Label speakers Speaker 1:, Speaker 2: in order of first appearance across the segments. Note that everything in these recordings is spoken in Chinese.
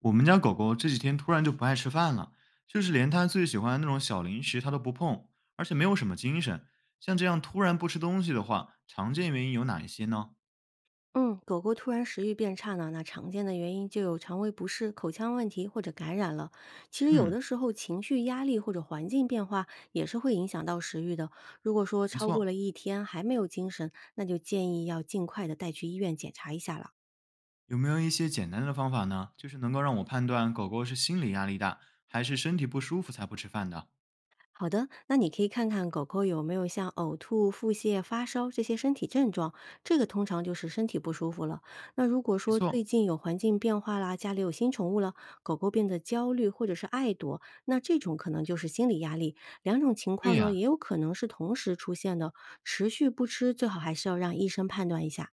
Speaker 1: 我们家狗狗这几天突然就不爱吃饭了，就是连它最喜欢的那种小零食它都不碰，而且没有什么精神。像这样突然不吃东西的话，常见原因有哪一些呢？
Speaker 2: 嗯，狗狗突然食欲变差呢，那常见的原因就有肠胃不适、口腔问题或者感染了。其实有
Speaker 1: 嗯，
Speaker 2: 的时候情绪压力或者环境变化也是会影响到食欲的。如果说
Speaker 1: 没
Speaker 2: 超过了
Speaker 1: 错，
Speaker 2: 一天还没有精神，那就建议要尽快的带去医院检查一下了。
Speaker 1: 有没有一些简单的方法呢？就是能够让我判断狗狗是心理压力大，还是身体不舒服才不吃饭的？
Speaker 2: 好的，那你可以看看狗狗有没有像呕吐、腹泻、发烧这些身体症状，这个通常就是身体不舒服了。那如果
Speaker 1: 没
Speaker 2: 说最
Speaker 1: 错，
Speaker 2: 近有环境变化啦，家里有新宠物了，狗狗变得焦虑或者是爱躲，那这种可能就是心理压力。两种情
Speaker 1: 对
Speaker 2: 况呢，
Speaker 1: 呀。
Speaker 2: 也有可能是同时出现的，持续不吃最好还是要让医生判断一下。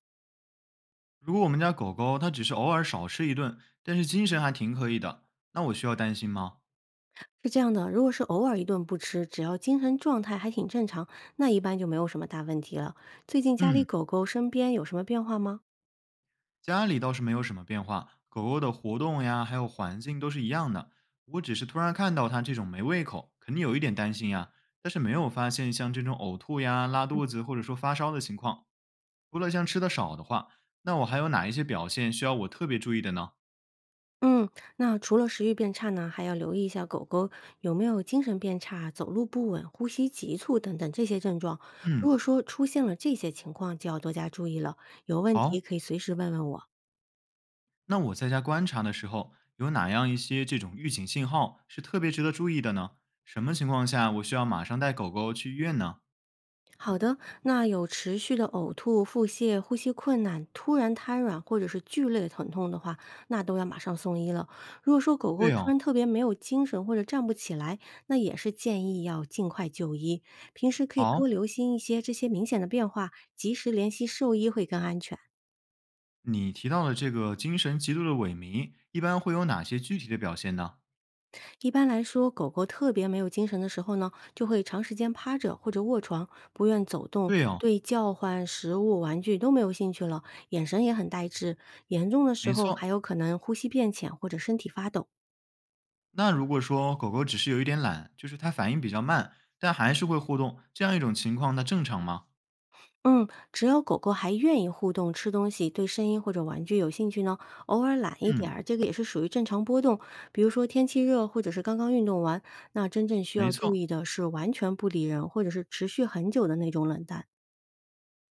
Speaker 1: 如果我们家狗狗它只是偶尔少吃一顿，但是精神还挺可以的，那我需要担心吗？
Speaker 2: 是这样的，如果是偶尔一顿不吃，只要精神状态还挺正常，那一般就没有什么大问题了。最近家里
Speaker 1: 嗯，
Speaker 2: 狗狗身边有什么变化吗？
Speaker 1: 家里倒是没有什么变化，狗狗的活动呀，还有环境都是一样的。我只是突然看到它这种没胃口，肯定有一点担心呀，但是没有发现像这种呕吐呀、拉肚子或者说发烧的情况。除了像吃的少的话，那我还有哪一些表现需要我特别注意的呢？
Speaker 2: 嗯，那除了食欲变差呢，还要留意一下狗狗有没有精神变差、走路不稳、呼吸急促等等这些症状。如
Speaker 1: 嗯，
Speaker 2: 果说出现了这些情况，就要多加注意了。有问
Speaker 1: 好，
Speaker 2: 题可以随时问问我。
Speaker 1: 那我在家观察的时候，有哪样一些这种预警信号是特别值得注意的呢？什么情况下我需要马上带狗狗去医院呢？
Speaker 2: 好的，那有持续的呕吐、腹泻、呼吸困难、突然瘫软或者是剧烈疼痛的话，那都要马上送医了。如果说狗狗
Speaker 1: 对
Speaker 2: 突
Speaker 1: 哦，
Speaker 2: 然特别没有精神或者站不起来，那也是建议要尽快就医。平时可以
Speaker 1: 好。
Speaker 2: 多留心一些这些明显的变化，及时联系兽医会更安全。
Speaker 1: 你提到的这个精神极度的萎靡，一般会有哪些具体的表现呢？
Speaker 2: 一般来说，狗狗特别没有精神的时候呢，就会长时间趴着或者卧床，不愿走动，
Speaker 1: 对哦，
Speaker 2: 对叫唤、食物、玩具都没有兴趣了，眼神也很呆滞。严重的时
Speaker 1: 没
Speaker 2: 候还
Speaker 1: 错。
Speaker 2: 有可能呼吸变浅或者身体发抖。
Speaker 1: 那如果说狗狗只是有一点懒，就是它反应比较慢，但还是会互动，这样一种情况，它正常吗？
Speaker 2: 嗯，只要狗狗还愿意互动、吃东西，对声音或者玩具有兴趣呢，偶尔懒一点
Speaker 1: 嗯，
Speaker 2: 儿，这个也是属于正常波动。比如说天气热，或者是刚刚运动完，那真正需
Speaker 1: 没
Speaker 2: 要注
Speaker 1: 错，
Speaker 2: 意的是完全不理人，或者是持续很久的那种冷淡。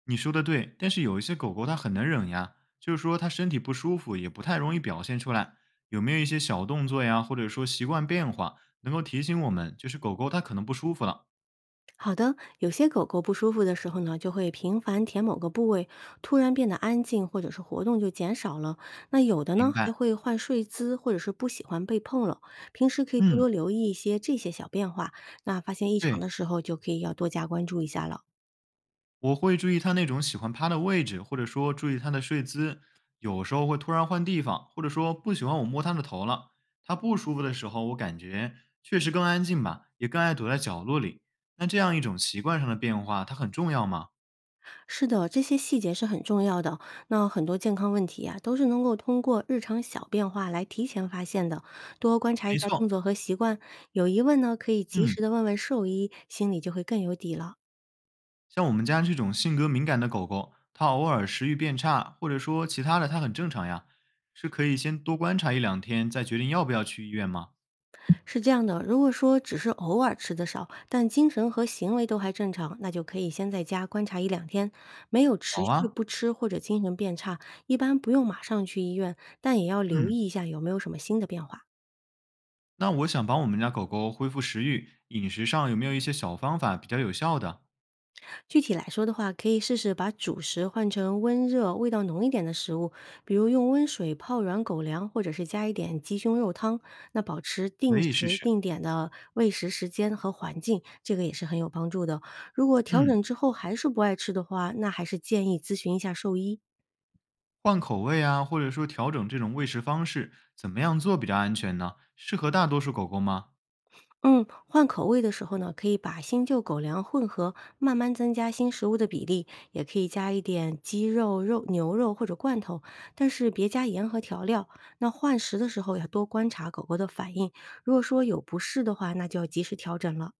Speaker 1: 你说的对。但是有一些狗狗它很能忍呀，就是说它身体不舒服也不太容易表现出来。有没有一些小动作呀，或者说习惯变化，能够提醒我们，就是狗狗它可能不舒服了？
Speaker 2: 好的，有些狗狗不舒服的时候呢，就会频繁舔某个部位，突然变得安静，或者是活动就减少了。那有的
Speaker 1: 明
Speaker 2: 呢，还
Speaker 1: 白。
Speaker 2: 会换睡姿，或者是不喜欢被碰了。平时可以多
Speaker 1: 嗯，
Speaker 2: 多留意一些这些小变化，那发现异常
Speaker 1: 对。
Speaker 2: 的时候，就可以要多加关注一下了。
Speaker 1: 我会注意它那种喜欢趴的位置，或者说注意它的睡姿，有时候会突然换地方，或者说不喜欢我摸它的头了。它不舒服的时候，我感觉确实更安静吧，也更爱躲在角落里。那这样一种习惯上的变化，它很重要吗？
Speaker 2: 是的，这些细节是很重要的。那很多健康问题啊，都是能够通过日常小变化来提前发现的。多观察一
Speaker 1: 没
Speaker 2: 下
Speaker 1: 错，
Speaker 2: 动作和习惯，有疑问呢，可以及
Speaker 1: 嗯，
Speaker 2: 时的问问兽医，心里就会更有底了。
Speaker 1: 像我们家这种性格敏感的狗狗，它偶尔食欲变差，或者说其他的，它很正常呀，是可以先多观察一两天，再决定要不要去医院吗？
Speaker 2: 是这样的，如果说只是偶尔吃的少，但精神和行为都还正常，那就可以先在家观察一两天，没有持
Speaker 1: 好
Speaker 2: 续
Speaker 1: 啊，
Speaker 2: 不吃或者精神变差，一般不用马上去医院，但也要留
Speaker 1: 嗯，
Speaker 2: 意一下有没有什么新的变化。
Speaker 1: 那我想帮我们家狗狗恢复食欲，饮食上有没有一些小方法比较有效的？
Speaker 2: 具体来说的话，可以试试把主食换成温热、味道浓一点的食物，比如用温水泡软狗粮，或者是加一点鸡胸肉汤。那保持
Speaker 1: 可
Speaker 2: 定
Speaker 1: 以试
Speaker 2: 时定
Speaker 1: 试。
Speaker 2: 点的喂食时间和环境，这个也是很有帮助的哦。如果调
Speaker 1: 嗯，
Speaker 2: 整之后还是不爱吃的话，那还是建议咨询一下兽医。
Speaker 1: 换口味啊，或者说调整这种喂食方式，怎么样做比较安全呢？适合大多数狗狗吗？
Speaker 2: 嗯，换口味的时候呢，可以把新旧狗粮混合，慢慢增加新食物的比例，也可以加一点鸡肉、肉、牛肉或者罐头，但是别加盐和调料。那换食的时候要多观察狗狗的反应，如果说有不适的话，那就要及时调整了。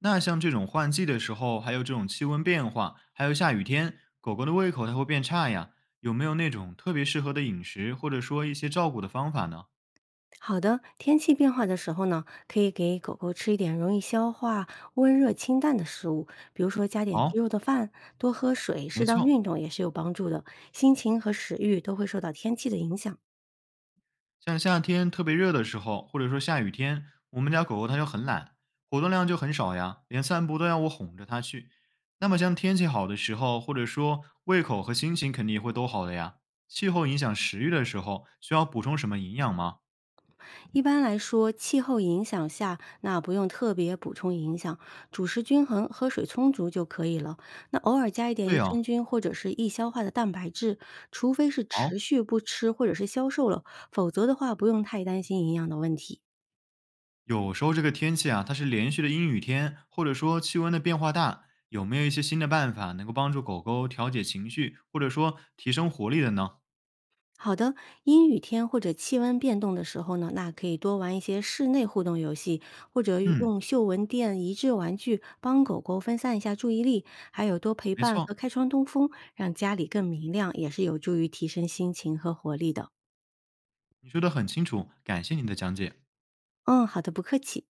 Speaker 1: 那像这种换季的时候，还有这种气温变化，还有下雨天，狗狗的胃口它会变差呀。有没有那种特别适合的饮食，或者说一些照顾的方法呢？
Speaker 2: 好的，天气变化的时候呢，可以给狗狗吃一点容易消化、温热清淡的食物，比如说加点鸡
Speaker 1: 好，
Speaker 2: 肉的饭，多喝水，适
Speaker 1: 没
Speaker 2: 当
Speaker 1: 错，
Speaker 2: 运动也是有帮助的。心情和食欲都会受到天气的影响。
Speaker 1: 像夏天特别热的时候，或者说下雨天，我们家狗狗它就很懒，活动量就很少呀，连散步都要我哄着它去。那么像天气好的时候，或者说胃口和心情肯定也会都好的呀。气候影响食欲的时候，需要补充什么营养吗？
Speaker 2: 一般来说，气候影响下，那不用特别补充营养，主食均衡，喝水充足就可以了。那偶尔加一点益
Speaker 1: 对哦，
Speaker 2: 生菌或者是易消化的蛋白质，除非是
Speaker 1: 好，
Speaker 2: 持续不吃或者是消瘦了，否则的话不用太担心营养的问题。
Speaker 1: 有时候这个天气啊，它是连续的阴雨天，或者说气温的变化大，有没有一些新的办法能够帮助狗狗调节情绪，或者说提升活力的呢？
Speaker 2: 好的，阴雨天或者气温变动的时候呢，那可以多玩一些室内互动游戏，或者
Speaker 1: 嗯，
Speaker 2: 用嗅闻垫、益智玩具帮狗狗分散一下注意力，还有多陪
Speaker 1: 没
Speaker 2: 伴
Speaker 1: 错，
Speaker 2: 和开窗通风，让家里更明亮，也是有助于提升心情和活力的。
Speaker 1: 你说的很清楚，感谢你的讲解。
Speaker 2: 嗯，好的，不客气。